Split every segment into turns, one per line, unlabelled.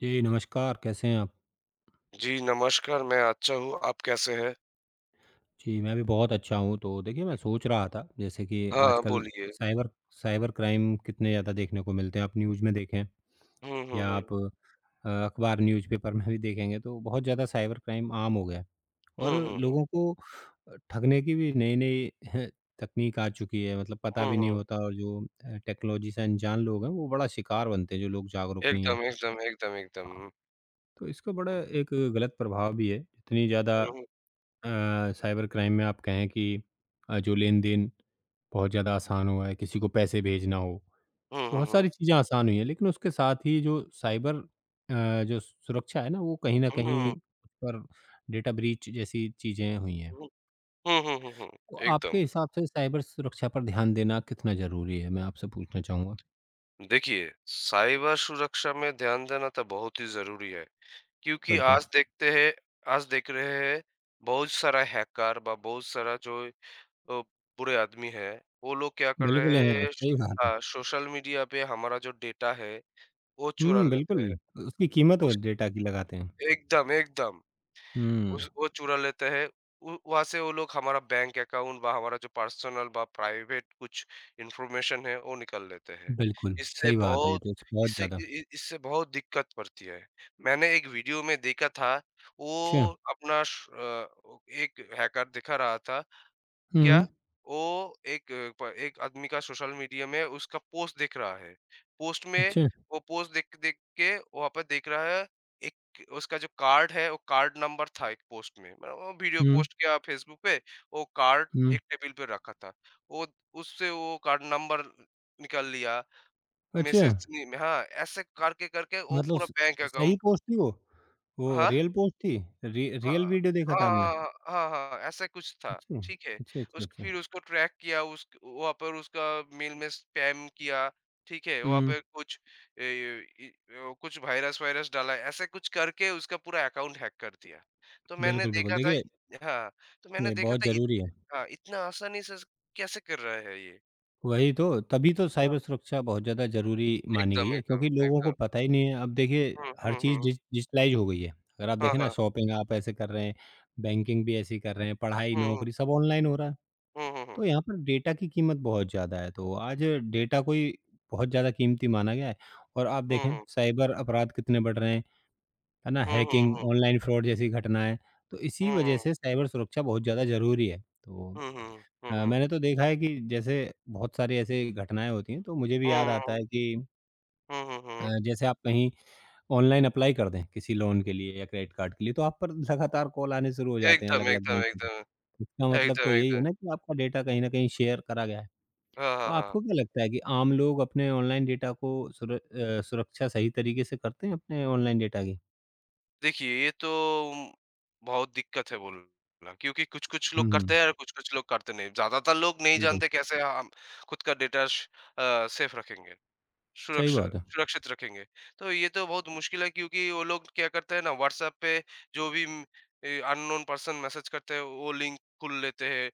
जी, नमस्कार, कैसे हैं आप?
जी, नमस्कार, मैं अच्छा हूँ, आप कैसे हैं?
जी, मैं भी बहुत अच्छा हूँ। तो देखिए, मैं सोच रहा था जैसे कि
हाँ,
आजकल
बोलिए।
साइबर साइबर क्राइम कितने ज़्यादा देखने को मिलते हैं। आप न्यूज़ में देखें
हुँ, हुँ,
या
हुँ।
आप अखबार न्यूज़पेपर में भी देखेंगे तो बहुत ज़्यादा साइबर क्राइम आम हो गया है और
हुँ, हुँ, हुँ।
लोगों को ठगने की भी नई-नई तकनीक आ चुकी है, मतलब पता
हुँ,
भी नहीं
हुँ।
होता और जो टेक्नोलॉजी से अनजान लोग हैं, वो बड़ा शिकार बनते हैं, जो लोग जागरूक नहीं हैं।
एकदम, एकदम, एकदम, एकदम।
हाँ, तो इसका बड़ा
हुँ,
एक गलत प्रभाव भी है। इतनी ज़्यादा
हुँ,
अ, साइबर क्राइम में आप कहें कि जो लेन-देन बहुत ज़्यादा आसान हुआ है, किसी को पैसे भेजना हो,
हुँ, हुँ,
बहुत
हुँ,
सारी चीज़ें आसान हुई हैं, लेकिन उसके साथ ही जो साइबर जो सुरक्षा है ना, वो कहीं न
हुँ,
कहीं
हुँ,
उस पर डेटा ब्रीच जैसी चीज़ें हुई हैं।
हुँ, हुँ, हुँ, हुँ,
तो आपके
एकदम।
हिसाब से साइबर सुरक्षा पर ध्यान देना कितना ज़रूरी है? मैं आपसे पूछना चाहूँगा।
देखिए, साइबर सुरक्षा में ध्यान देना तो बहुत ही ज़रूरी है, क्योंकि
बिल्कुल।
आज देख रहे हैं, बहुत सारा हैकर व बहुत सारा जो अ, बुरे आदमी हैं, वो लोग क्या कर
बिल्कुल
रहे
है,
हैं श
सही बात है।
हाँ, सोशल मीडिया पे हमारा जो डेटा है, वो चुरा
हुँ, बिल्कुल,
लेते हैं।
उसकी कीमत वो
उस
डेटा की लगाते हैं।
एकदम, एकदम।
हुँ,
उस वो चुरा लेते हैं। उ वहाँ से वो लोग हमारा बैंक अकाउंट व हमारा जो पर्सनल व प्राइवेट कुछ इन्फॉर्मेशन है, वो निकाल लेते हैं।
बिल्कुल,
इससे
सही बात है ये
बहुत
तो बहुत
इससे
ज़्यादा।
इ इ इससे बहुत दिक्कत पड़ती है। मैंने एक वीडियो में देखा था,
अच्छा,
वो अपना श अ, एक हैकर दिखा रहा था क्या
हुँ।
वो एक अ, प एक आदमी का सोशल मीडिया में उसका पोस्ट देख रहा है। पोस्ट में
अच्छा।
वो पोस्ट देख देख के वहाँ पर देख रहा है एक उसका जो कार्ड है वो कार्ड नंबर था एक पोस्ट में। मतलब वो वीडियो
हुँ,
पोस्ट किया फेसबुक पे वो कार्ड
हुँ।
एक टेबल पे रखा था। वो उससे वो कार्ड नंबर निकाल लिया
अच्छा,
मैसेज में। हाँ, ऐसे करके-करके वो
मतलब
पूरा
स
बैंक
सही
अकाउंट।
पोस्ट थी वो? वो
हाँ?
रियल पोस्ट थी? रि
हाँ,
रियल वीडियो देखा था आपने?
हाँ, हाँ, हाँ, ऐसा कुछ था,
अच्छा,
ठीक है।
अच्छा, अच्छा,
उस
अच्छा।
फिर उसको ट्रैक किया, उस वहाँ पर उसका मेल में स्पैम किया, ठीक है। वहाँ
हुँ,
पे कुछ कुछ वायरस-वायरस डाला, ऐसे कुछ करके उसका पूरा अकाउंट हैक कर दिया। तो मैंने
बिल्कुल, बिल्कुल।
देखा था।
देखिए,
हाँ, तो मैंने
ये
देखा
बहुत
था इत
ज़रूरी है।
हाँ, इतना आसानी से कैसे कर रहा है ये?
वही तो, तभी तो
हाँ,
साइबर सुरक्षा बहुत ज़्यादा ज़रूरी मानी गई
एकदम,
है
एकदम,
क्योंकि लोगों को
एकदम।
पता ही नहीं है। अब देखिए,
हुँ,
हर
हुँ,
चीज़
हुँ।
डिजिटलाइज़ हो गई है। अगर आप
हाँ,
देखें ना
हाँ।
शॉपिंग आप ऐसे कर रहे हैं, बैंकिंग भी ऐसे ही कर रहे हैं, पढ़ाई,
हुँ, हुँ।
नौकरी सब ऑनलाइन हो रहा है।
हुँ, हुँ, हुँ।
तो यहाँ पर डेटा की कीमत बहुत ज़्यादा है, तो आज डेटा कोई बहुत ज़्यादा कीमती माना गया है और आप
हुँ,
देखें
हुँ।
साइबर अपराध कितने बढ़ रहे हैं, है ना?
हुँ, हुँ,
हैकिंग,
हुँ।
ऑनलाइन फ्रॉड जैसी घटनाएँ, तो इसी
हुँ,
वजह
हुँ।
से साइबर सुरक्षा बहुत ज़्यादा ज़रूरी है। तो
हुँ, हुँ। हुँ, हुँ।
मैंने तो देखा है कि जैसे बहुत सारी ऐसी घटनाएँ होती हैं, तो मुझे भी
हुँ,
याद आता है
हुँ।
कि
हुँ, हुँ, हुँ।
जैसे आप कहीं ऑनलाइन अप्लाई कर दें किसी लोन के लिए या क्रेडिट कार्ड के लिए, तो आप पर लगातार कॉल आने शुरू हो जाते हैं
एकदम,
अलग-अलग
एकदम,
बैंक से।
एकदम।
इसका मतलब
एकदम,
तो यही है ना
एकदम।
कि आपका डेटा कहीं न कहीं शेयर करा गया है।
हाँ,
तो
हाँ, हाँ।
आपको क्या लगता है कि आम लोग अपने ऑनलाइन डेटा को सुरक्षा सही तरीके से करते हैं अपने ऑनलाइन डेटा की?
देखिए, ये तो बहुत दिक्कत है बोलना क्योंकि कुछ-कुछ
हुँ,
लोग करते
हुँ।
हैं और कुछ-कुछ लोग करते नहीं। ज़्यादातर लोग नहीं
बिल्कुल,
जानते कैसे हम खुद का डेटा श अ, सेफ रखेंगे।
सही
सुरक्षा
बात है।
सुरक्षित रखेंगे। तो ये तो बहुत मुश्किल है क्योंकि वो लोग क्या करते हैं ना, व्हाट्सऐप पे जो भी अननोन पर्सन मैसेज करते हैं वो लिंक खुल लेते हैं।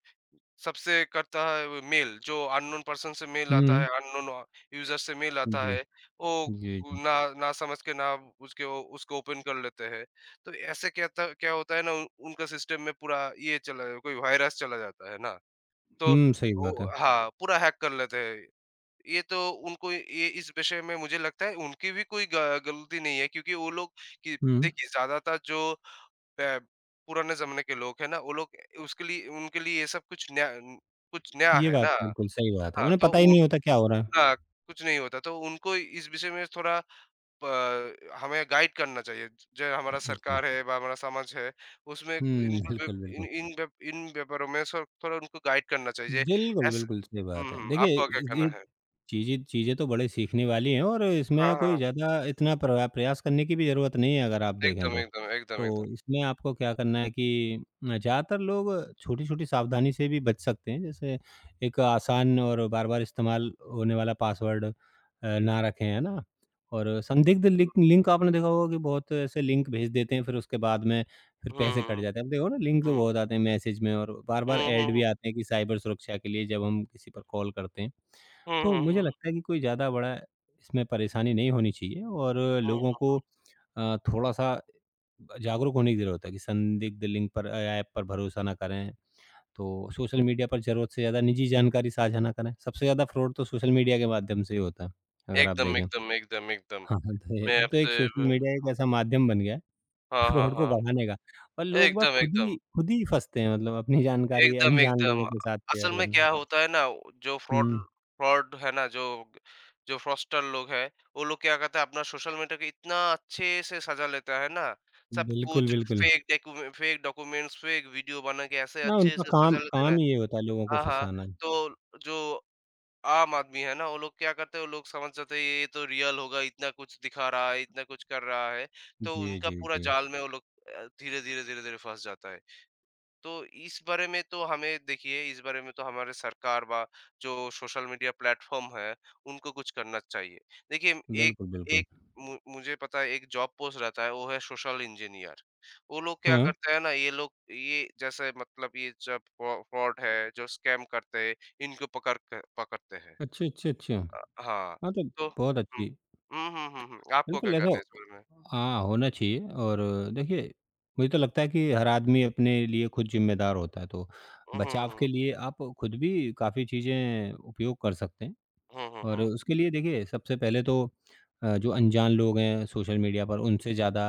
सबसे करता है वो मेल, जो अननोन पर्सन से मेल आता है,
हुँ,
यूज़र से मेल आता
जी,
है, वो
जी, जी।
ना ना समझ के ना उसके ओ उसको ओपन कर लेते हैं। तो ऐसे क्या होता है ना, उन उनका सिस्टम में पूरा ये चला कोई वायरस चला जाता है ना, तो
हुँ, सही बात है।
वो, हाँ, पूरा हैक कर लेते हैं। ये तो उनको, ये इस विषय में मुझे लगता है उनकी भी कोई ग गलती नहीं है क्योंकि वो लोग, कि,
हुँ,
देखिए ज़्यादातर जो प पुराने ज़माने के लोग हैं ना, वो लोग उसके लिए उनके लिए ये सब कुछ नया न कुछ नया
ये
है ना।
बात बिल्कुल सही बात है।
हाँ,
उन्हें
तो
पता ही
उन,
नहीं होता क्या हो रहा है।
हाँ, कुछ नहीं होता, तो उनको इस विषय में थोड़ा प हमें गाइड करना चाहिए। जो हमारा
जी।
सरकार है व हमारा समाज है, उसमें
हुँ,
इनको ब
बिल्कुल,
इन
बिल्कुल।
इन व्या इन व्यापारों में स थोड़ा उनको गाइड करना चाहिए।
बिल्कुल,
ऐसा,
बिल्कुल सही
हुँ,
बात है।
हुँ,
देखिए,
आपका क्या कहना
ये
है?
चीज़ें चीज़ें तो बड़ी सीखने वाली हैं और इसमें
हाँ,
कोई
हाँ।
ज़्यादा इतना प्रयास करने की भी ज़रूरत नहीं है अगर आप देखें
एकदम,
तो।
एकदम, एकदम, एकदम।
तो इसमें आपको क्या करना है कि ज़्यादातर लोग छोटी-छोटी सावधानी से भी बच सकते हैं। जैसे एक आसान और बार-बार इस्तेमाल होने वाला पासवर्ड ना रखें, है ना? और संदिग्ध लिंक लिंक आपने देखा होगा कि बहुत ऐसे लिंक भेज देते हैं फिर उसके बाद में फिर
हुँ,
पैसे कट
हुँ,
जाते हैं। अब देखो ना लिंक तो
हुँ,
बहुत आते हैं मैसेज में और
हुँ,
बार-बार
हुँ,
ऐड भी
हुँ,
आते हैं कि साइबर सुरक्षा के लिए जब हम किसी पर कॉल करते हैं।
हुँ,
तो
हुँ,
मुझे
हुँ,
लगता है कि कोई ज़्यादा बड़ा इसमें परेशानी नहीं होनी चाहिए और
हुँ।
लोगों को थोड़ा-सा जागरूक होने की ज़रूरत है कि संदिग्ध लिंक पर या ऐप पर भरोसा ना करें। तो सोशल मीडिया पर ज़रूरत से ज़्यादा निजी जानकारी साझा ना करें। सबसे ज़्यादा फ्रॉड तो सोशल मीडिया के माध्यम से ही होता है, अगर आप
एकदम,
देखें।
एकदम, एकदम, एकदम।
हाँ, हाँ, तो ये
मैं
तो एक
आपसे
सोशल
ब
मीडिया एक ऐसा माध्यम बन गया है कि
हाँ, हाँ,
फ्रॉड को
हाँ।
बढ़ाने का और लोग बाग
एकदम,
खुद ही
एकदम,
खुद ही फँसते हैं मतलब अपनी जानकारी
एकदम,
अनजान लोगों
एकदम।
के साथ शेयर
असल में
करना।
क्या होता है ना, जो फ्रॉड
हुँ,
फ्रॉड है ना, जो जो फ्रॉस्टर लोग हैं, वो लोग क्या करते हैं, अपना सोशल मीडिया को इतना अच्छे से सजा लेता है ना, सब
बिल्कुल,
कुछ
बिल्कुल।
फेक डॉक्यूमेंट्स, फेक वीडियो बना के ऐसे
ना,
अच्छे
उनका
से सजा
काम
लेते हैं
काम
ना।
ही ये होता है लोगों को
हाँ, हाँ।
फँसाना।
तो जो आम आदमी है ना, वो लोग क्या करते हैं, वो लोग समझ जाते हैं ये तो रियल होगा, इतना कुछ दिखा रहा है, इतना कुछ कर रहा है, तो
जी,
उनका
जी,
पूरा
जी।
जाल में वो लोग धीरे-धीरे, धीरे-धीरे फँस जाता है। तो इस बारे में तो हमें, देखिए इस बारे में तो हमारे सरकार व जो सोशल मीडिया प्लेटफ़ॉर्म है, उनको कुछ करना चाहिए। देखिए, एक
बिल्कुल, बिल्कुल।
एक मु मुझे पता है एक जॉब पोस्ट रहता है, वो है सोशल इंजीनियर। वो लोग क्या
हाँ।
करते हैं ना, ये लोग ये जैसे मतलब ये जब फ्रॉड है, जो स्कैम करते हैं, इनको पकड़ के पकड़ते हैं।
अच्छा, अच्छा, अच्छा। हाँ,
हाँ,
तो
तो,
बहुत
हुँ।
अच्छी
हुँ, हुँ, हुँ, हुँ। आपको क्या
बिल्कुल ऐसा
करना है इस बारे में?
हाँ, होना चाहिए और देखिए, मुझे तो लगता है कि हर आदमी अपने लिए खुद ज़िम्मेदार होता है, तो
हुँ,
बचाव के
हुँ,
लिए आप खुद भी काफ़ी चीज़ें उपयोग कर सकते हैं
हुँ, हुँ, हुँ,
और
हुँ।
उसके लिए देखिए सबसे पहले तो जो अनजान लोग हैं सोशल मीडिया पर उनसे ज़्यादा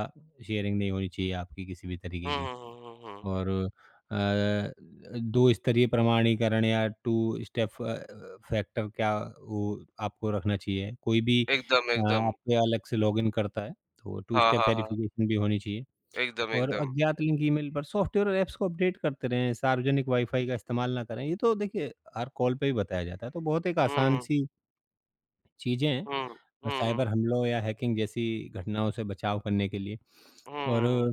शेयरिंग नहीं होनी चाहिए आपकी किसी भी तरीके
हुँ,
की।
हुँ, हुँ, हुँ, हुँ।
और अ, दो स्तरीय प्रमाणीकरण या टू स्टेप फैक्टर क्या वो आपको रखना चाहिए। कोई भी
एकदम, एकदम।
आपके अलग से लॉगिन करता है, तो टू
हाँ, हाँ,
स्टेप
हाँ।
वेरिफ़िकेशन भी होनी चाहिए
एकदम,
और
एकदम।
अज्ञात लिंक ईमेल पर सॉफ्टवेयर और ऐप्स को अपडेट करते रहें, सार्वजनिक वाईफ़ाई का इस्तेमाल ना करें। ये तो देखिए हर कॉल पे ही बताया जाता है, तो बहुत एक
हुँ,
आसान-सी चीज़ें हैं।
हुँ, हुँ, हुँ,
साइबर हमलों या हैकिंग जैसी घटनाओं से बचाव करने के लिए और
हुँ,
अ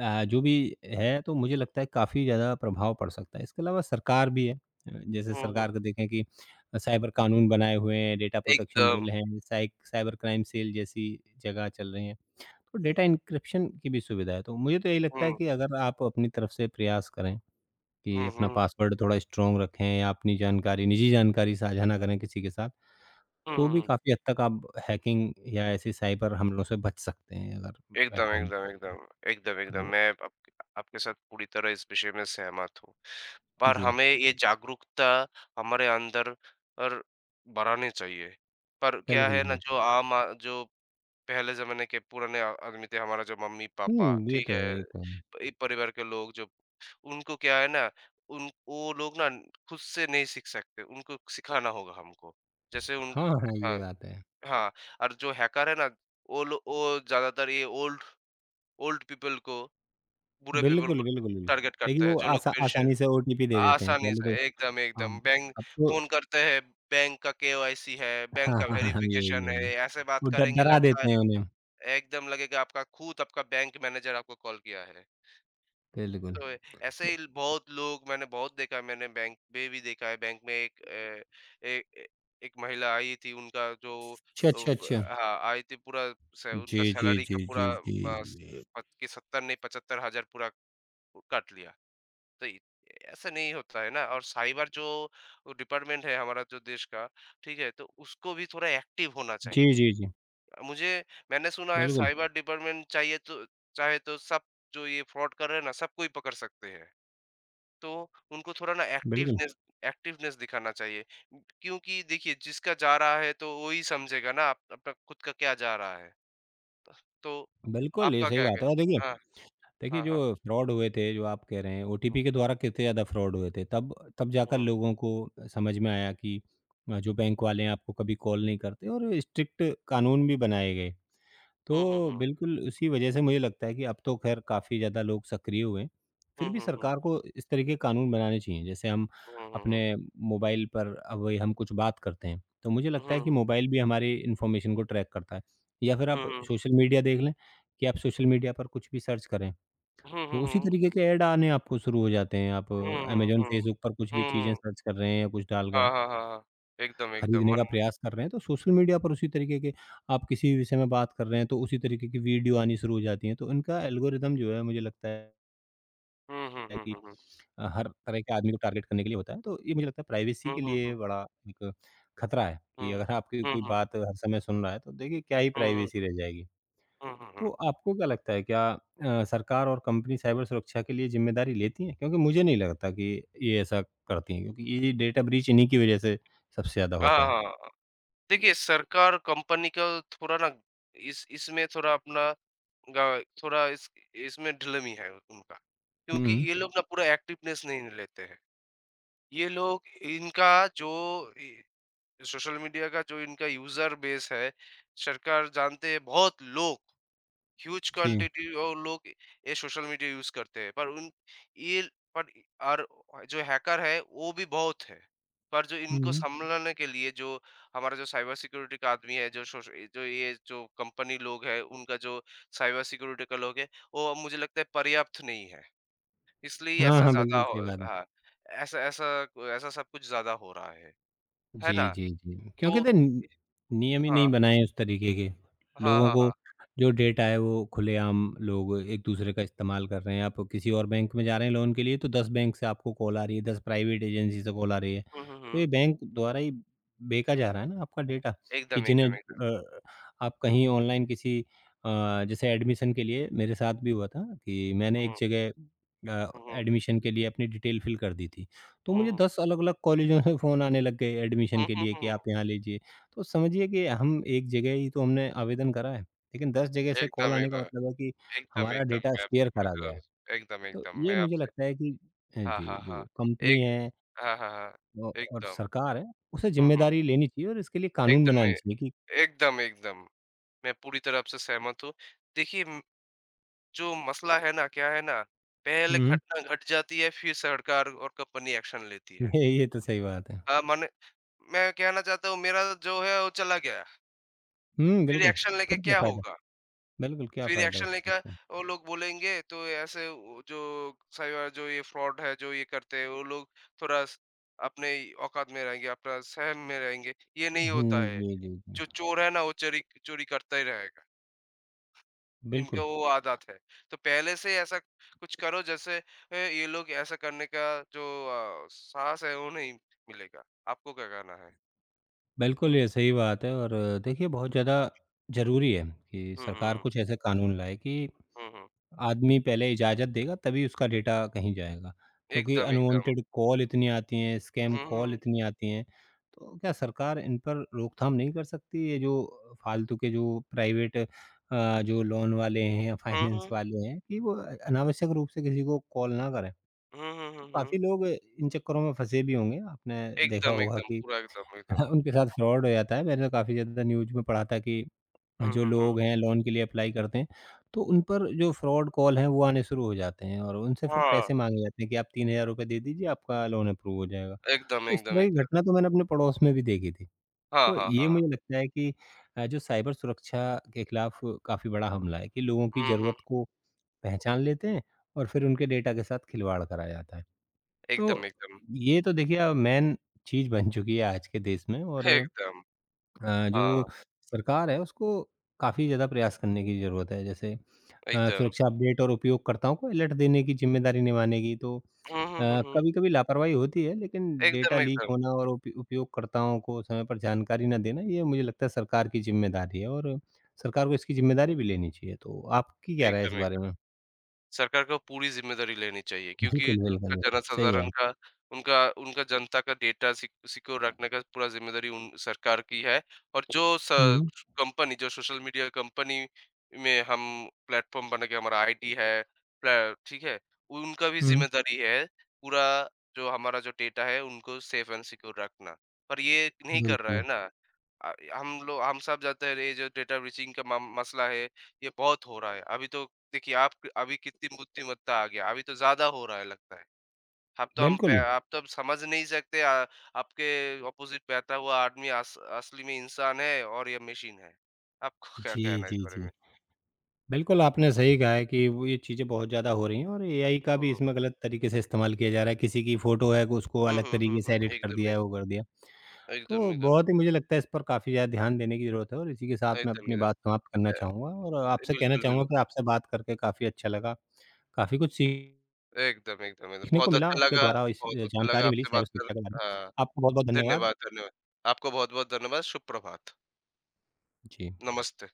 अ, जो भी है तो मुझे लगता है काफ़ी ज़्यादा प्रभाव पड़ सकता है। इसके अलावा सरकार भी है जैसे
हुँ, हुँ।
सरकार को देखें कि साइबर कानून बनाए हुए हैं, डेटा प्रोटेक्शन
एकदम।
बिल हैं, साइक साइबर क्राइम सेल जैसी जगह चल रही हैं। तो डेटा एन्क्रिप्शन की भी सुविधा है। तो मुझे तो यही लगता है
हुँ,
कि अगर आप अपनी तरफ से प्रयास करें कि
हुँ,
अपना
हुँ,
पासवर्ड थोड़ा स्ट्रॉन्ग रखें या अपनी जानकारी निजी जानकारी साझा ना करें किसी के साथ तो भी
हुँ।
काफ़ी हद तक आप हैकिंग या ऐसे साइबर हमलों से बच सकते हैं अगर मैं
एकदम,
कहूँ
एकदम,
तो।
एकदम। एकदम, एकदम।
तो
मैं आप आपके साथ पूरी तरह इस विषय में सहमत हूँ। पर
जी,
हमें ये जागरूकता हमारे अंदर अर बढ़ानी चाहिए। पर क्या
बिल्कुल,
है ना,
बिल्कुल।
जो आम आ जो पहले ज़माने के पुराने आदमी थे, हमारा जो
हुँ,
मम्मी-पापा,
ये
ठीक
तो
है?
है ये तो है।
इ परिवार के लोग जो, उनको क्या है ना, उन वो लोग ना खुद से नहीं सीख सकते, उनको सिखाना होगा हमको। जैसे उन
हाँ, हाँ, हाँ,
हाँ,
ये बात है।
हाँ। और जो हैकर है ना, वो ज़्यादातर ये ओल्ड ओल्ड पीपल को, बूढ़े पीपल
बिल्कुल,
को
बिल्कुल, बिल्कुल।
टारगेट
देखिए
करते हैं,
वो
जो लोग पेंशन,
आसानी से ओटीपी दे देते हैं,
आसानी
पहले
से
तो
एकदम,
हाँ,
एकदम, बैंक
अब तो
फ़ोन करते हैं, बैंक का केवाईसी है, बैंक
हाँ,
का
हाँ, हाँ, हाँ, यही,
वेरिफिकेशन है,
यही।
ऐसे बात
वो ड
करेंगे,
डरा
लगता है
देते हैं उन्हें,
एकदम लगेगा आपका खुद आपका बैंक मैनेजर आपको कॉल किया है।
बिल्कुल।
तो ऐसे
तो
ही बहुत लोग मैंने बहुत देखा है, मैंने बैंक में भी देखा है। बैंक में एक अ, ए ए एक महिला आई थी, उनका जो
अच्छा,
अ,
अच्छा, अच्छा।
हाँ, आई थी पूरा स
जी,
उनका
जी,
सैलरी
जी,
का पूरा
जी, जी।
कि 70 नहीं, 75,000 पूरा कट लिया। तो इ ऐसा नहीं होता है ना, और साइबर जो डिपार्टमेंट है हमारा जो देश का, ठीक है? तो उसको भी थोड़ा एक्टिव होना चाहिए।
जी, जी, जी।
मुझे मैंने सुना है,
बिल्कुल,
साइबर डिपार्टमेंट चाहिए तो चाहे तो सब जो ये फ्रॉड कर रहे हैं ना, सबको ही पकड़ सकते हैं। तो उनको थोड़ा ना
बिल्कुल।
एक्टिवनेस एक्टिवनेस दिखाना चाहिए। क्योंकि देखिए जिसका जा रहा है तो वो ही समझेगा ना, आप अपना खुद का क्या जा रहा है। तो
बिल्कुल, ये
आपका
सही
क्या कहे,
बात है और देखिए
हाँ,
देखिए,
हाँ, हाँ।
जो फ्रॉड हुए थे, जो आप कह रहे हैं,
हुँ,
ओटीपी के द्वारा कितने ज़्यादा फ्रॉड हुए थे। तब तब जाकर
हुँ।
लोगों को समझ में आया कि जो बैंक वाले हैं, आपको कभी कॉल नहीं करते और स्ट्रिक्ट कानून भी बनाए गए।
हुँ, हुँ,
तो
हुँ।
बिल्कुल उसी वजह से मुझे लगता है कि अब तो खैर काफ़ी ज़्यादा लोग सक्रिय हुए हैं।
हुँ,
फिर भी
हुँ,
सरकार को इस तरह के कानून बनाने चाहिए। जैसे हम अपने
हुँ।
मोबाइल पर अब वही हम कुछ बात करते हैं, तो मुझे
हुँ,
लगता
हुँ,
है कि
हुँ।
मोबाइल भी हमारी इन्फॉर्मेशन को ट्रैक करता है। या फिर
हुँ,
आप
हुँ, हुँ।
सोशल मीडिया देख लें कि आप सोशल मीडिया पर कुछ भी सर्च करें
हुँ,
तो
हुँ,
उसी
हुँ।
तरीके के ऐड आने आपको शुरू हो जाते हैं, आप
हुँ, हुँ,
अमेज़न,
हुँ।
फेसबुक पर कुछ भी
हुँ,
चीज़ें
हुँ।
सर्च कर रहे हैं या कुछ
हाँ,
डालकर
हाँ, हाँ, हाँ। एकदम, एकदम,
खरीदने का
मन,
प्रयास कर रहे हैं, तो सोशल मीडिया पर उसी तरीके के आप किसी विषय में बात कर रहे हैं, तो उसी तरीके की वीडियो आनी शुरू हो जाती हैं। तो इनका एल्गोरिदम जो है मुझे लगता है
हुँ, हुँ, हुँ,
कि
हुँ, हुँ।
हर तरह के आदमी को टारगेट करने के लिए होता है, तो ये मुझे लगता है प्राइवेसी
हुँ,
के
हुँ,
लिए
हुँ।
बड़ा एक खतरा है
हुँ।
कि अगर आपकी
हुँ,
कोई
हुँ।
बात हर समय सुन रहा है, तो देखिए क्या ही
हुँ, हुँ।
प्राइवेसी रह जाएगी।
हुँ, हुँ, हुँ।
तो आपको क्या लगता है क्या सरकार और कंपनी साइबर सुरक्षा के लिए ज़िम्मेदारी लेती हैं? क्योंकि मुझे नहीं लगता कि ये ऐसा करती हैं क्योंकि ये डेटा ब्रीच इन्हीं की वजह से सबसे ज़्यादा
हाँ,
होता है।
हाँ, हाँ। देखिए, सरकार कंपनी का थोड़ा ना इस इसमें थोड़ा अपना ग थोड़ा इस इसमें ढिलमी है उनका।
हुँ,
क्योंकि
हुँ।
ये लोग ना पूरा एक्टिवनेस नहीं लेते हैं। ये लोग, इनका जो इ सोशल मीडिया का जो इनका यूज़र बेस है, सरकार जानते हैं बहुत लोग, ह्यूज
जी।
क्वांटिटी और लोग ये सोशल मीडिया यूज करते हैं, पर उन ये पर और जो हैकर है वो भी बहुत है, पर जो
हुँ,
इनको
हुँ।
संभालने के लिए जो हमारा जो साइबर सिक्योरिटी का आदमी है, जो ये जो कंपनी लोग है उनका जो साइबर सिक्योरिटी का लोग है, वो मुझे लगता है पर्याप्त नहीं है, इसलिए
हाँ,
ऐसा
हाँ,
ज्यादा
बिल्कुल सही
हो-
बात है।
हाँ, ऐसा ऐसा ऐसा सब कुछ ज्यादा हो रहा है
जी,
ना?
जी, जी।
तो,
क्योंकि तो नि नियम ही नहीं
हाँ,
बनाए हैं उस तरीके के।
हाँ,
लोगों
हाँ,
को
हाँ।
जो डेटा है वो खुलेआम लोग एक-दूसरे का इस्तेमाल कर रहे हैं। आप किसी और बैंक में जा रहे हैं लोन के लिए तो 10 बैंक से आपको कॉल आ रही है, 10 प्राइवेट एजेंसी से कॉल आ रही है।
हम्म, हम्म,
तो ये बैंक द्वारा ही बेचा जा रहा है ना आपका डेटा कि
एकदम,
जिन्हें
एकदम, एकदम।
आप कहीं ऑनलाइन किसी जैसे एडमिशन के लिए मेरे साथ भी हुआ था कि मैंने एक
हम्म,
जगह अ,
हम्म,
एडमिशन के लिए अपनी डिटेल फ़िल कर दी थी। तो
हम्म,
मुझे 10 अलग-अलग कॉलेजों से फ़ोन आने लग गए
हुँ,
एडमिशन के
हुँ,
लिए
हुँ,
कि
हुँ।
आप यहाँ लीजिए। तो समझिए कि हम एक जगह ही तो हमने आवेदन करा है, लेकिन 10 जगह से कॉल
एकदम,
आने का
एकदम,
मतलब है कि
एकदम,
हमारा
एकदम,
डेटा
मैं आपसे
शेयर
पूरी
करा
तरह
गया है।
से- एकदम,
तो
एकदम,
ये
मैं
मुझे
आपसे
लगता है कि
हाँ,
जी,
हाँ,
जो
हाँ।
कंपनी
एक,
है
हाँ, हाँ, हाँ।
औ और
एकदम।
सरकार है, उसे
हुँ, हुँ।
ज़िम्मेदारी लेनी चाहिए और इसके लिए कानून
एकदम, ए
बनाने चाहिए कि
एकदम, एकदम। मैं पूरी तरह आपसे सहमत हूँ। देखिए म जो मसला है ना, क्या है ना, पहले
हुँ,
घटना घट जाती है फिर सरकार और कंपनी एक्शन लेती
हुँ,
है।
ये तो सही बात है।
अ, माने मैं कहना चाहता हूँ, मेरा जो है वो चला गया।
हुँ,
फिर
बिल्कुल,
एक्शन लेके
फिर क्या
क्या
फ़ायदा?
होगा?
बिल्कुल, क्या
फिर
फ़ायदा
एक्शन
उस चीज़
लेकर
का?
वो लोग बोलेंगे तो ऐसे, वो जो साइबर जो ये फ्रॉड है, जो ये करते हैं वो लोग थोड़ा स- अपने औकात में रहेंगे, अपना सहम में रहेंगे, ये नहीं होता
हुँ,
है।
जी, जी, जी।
जो चोर है ना, वो चोरी चोरी करता ही रहेगा, इनका
बिल्कुल।
वो आदत है। तो पहले से ऐसा कुछ करो जैसे, ये लोग ऐसा करने का जो साहस है वो नहीं मिलेगा। आपको क्या कहना है?
बिल्कुल, ये सही बात है और देखिए बहुत ज़्यादा ज़रूरी है कि
हम्म,
सरकार
हम्म,
कुछ ऐसे कानून लाए कि
हम्म,
आदमी पहले इजाज़त देगा तभी उसका डेटा कहीं जाएगा। क्योंकि
एकदम, एकदम।
अनवांटेड कॉल इतनी आती हैं, स्कैम कॉल
हम्म,
इतनी आती हैं, तो क्या सरकार इन पर रोकथाम नहीं कर सकती? ये जो फालतू के जो प्राइवेट जो लोन वाले हैं या
हम्म,
फाइनेंस
हम्म,
वाले हैं कि वो अनावश्यक रूप से किसी को कॉल ना करें।
हम्म, हम्म,
तो
हम्म,
काफ़ी लोग इन चक्करों में फँसे भी होंगे, आपने देखा
एकदम,
होगा
एकदम,
कि
पूरा एकदम, एकदम।
हाँ, उनके साथ फ्रॉड हो जाता है। मैंने तो काफ़ी ज़्यादा न्यूज़ में पढ़ा था कि
हुँ,
जो
हुँ, हुँ।
लोग हैं लोन के लिए अप्लाई करते हैं, तो उन पर जो फ्रॉड कॉल हैं वो आने शुरू हो जाते हैं और उनसे फिर
हाँ,
पैसे माँगे जाते हैं कि आप 3000 रुपए दे दीजिए आपका लोन अप्रूव हो जाएगा।
एकदम,
तो इस
एकदम,
तरह की
एकदम।
घटना तो मैंने अपने पड़ोस में भी देखी थी।
हाँ,
तो
हाँ,
ये
हाँ।
मुझे लगता है कि जो साइबर सुरक्षा के खिलाफ काफ़ी बड़ा हमला है कि लोगों की
हुँ, हुँ।
ज़रूरत को पहचान लेते हैं और फिर उनके डेटा के साथ खिलवाड़ कराया जाता है। तो
एकदम, एकदम।
ये तो देखिए मेन चीज़ बन चुकी है आज के देश में और
एकदम,
जो
हाँ,
सरकार है उसको काफ़ी ज़्यादा प्रयास करने की ज़रूरत है। जैसे
एकदम।
सुरक्षा अपडेट और उपयोगकर्ताओं को अलर्ट देने की ज़िम्मेदारी निभाने की तो
हुँ, हुँ, हुँ, हुँ।
कभी-कभी लापरवाही होती है लेकिन डेटा
एकदम,
लीक
एकदम।
होना और उप उपयोगकर्ताओं को समय पर जानकारी ना देना ये मुझे लगता है सरकार की ज़िम्मेदारी है और सरकार को इसकी ज़िम्मेदारी भी लेनी चाहिए। तो आपकी क्या राय है इस
एकदम,
बारे
एकदम।
में?
सरकार को पूरी ज़िम्मेदारी लेनी चाहिए, क्योंकि
बिल्कुल, बिल्कुल,
उनका
बिल्कुल। सही
जनसाधारण
बात।
का, उनका उनका जनता का डेटा सिक्योर रखने का पूरा ज़िम्मेदारी उन सरकार की है। और जो स
हुँ,
कंपनी जो सोशल मीडिया कंपनी में हम प्लेटफ़ॉर्म बना के हमारा आईडी है, प्ले ठीक है? उनका भी
हुँ।
ज़िम्मेदारी है पूरा, जो हमारा जो डेटा है उनको सेफ़ एंड सिक्योर रखना। पर ये नहीं कर रहा है
बिल्कुल,
ना। हम सब जानते हैं ये जो डेटा ब्रीचिंग का माम मसला है, ये बहुत हो रहा है। अभी तो देखिए, आप अभी कितनी बुद्धिमत्ता आ गया, अभी तो ज़्यादा हो रहा है लगता है।
बिल्कुल।
आप तो हम समझ नहीं सकते, आपके ऑपोज़िट बैठा हुआ आदमी अस असली में इंसान है और ये मशीन है। आपको क्या
जी,
कहना है इस
जी,
बारे
जी।
में?
बिल्कुल, आपने सही कहा है कि वो ये चीज़ें बहुत ज़्यादा हो रही हैं और एआई का भी
हुँ।
इसमें गलत तरीके से इस्तेमाल किया जा रहा है। किसी की फ़ोटो है, उसको
हुँ,
अलग
हुँ, हुँ,
तरीके से
हुँ।
एडिट कर
एकदम,
दिया है, वो कर दिया।
एकदम,
तो
एकदम,
बहुत ही मुझे लगता है इस पर काफ़ी ज़्यादा ध्यान देने की ज़रूरत है और इसी के साथ मैं
एकदम,
अपनी
एकदम।
बात समाप्त करना
अ,
चाहूँगा और आपसे कहना
बिल्कुल,
चाहूँगा
बिल्कुल।
कि आपसे बात करके काफ़ी अच्छा लगा। काफ़ी कुछ सीखने
एकदम, एकदम, एकदम।
को
बहुत
मिला
अच्छा
आपके
लगा,
द्वारा इस
बहुत अच्छा लगा
जानकारी मिली
आपसे बात
साइबर
कर,
सुरक्षा के बारे में।
अ,
आपको बहुत-बहुत धन्यवाद।
धन्यवाद, धन्यवाद। आपको बहुत-बहुत धन्यवाद। शुभ प्रभात।
जी।
नमस्ते।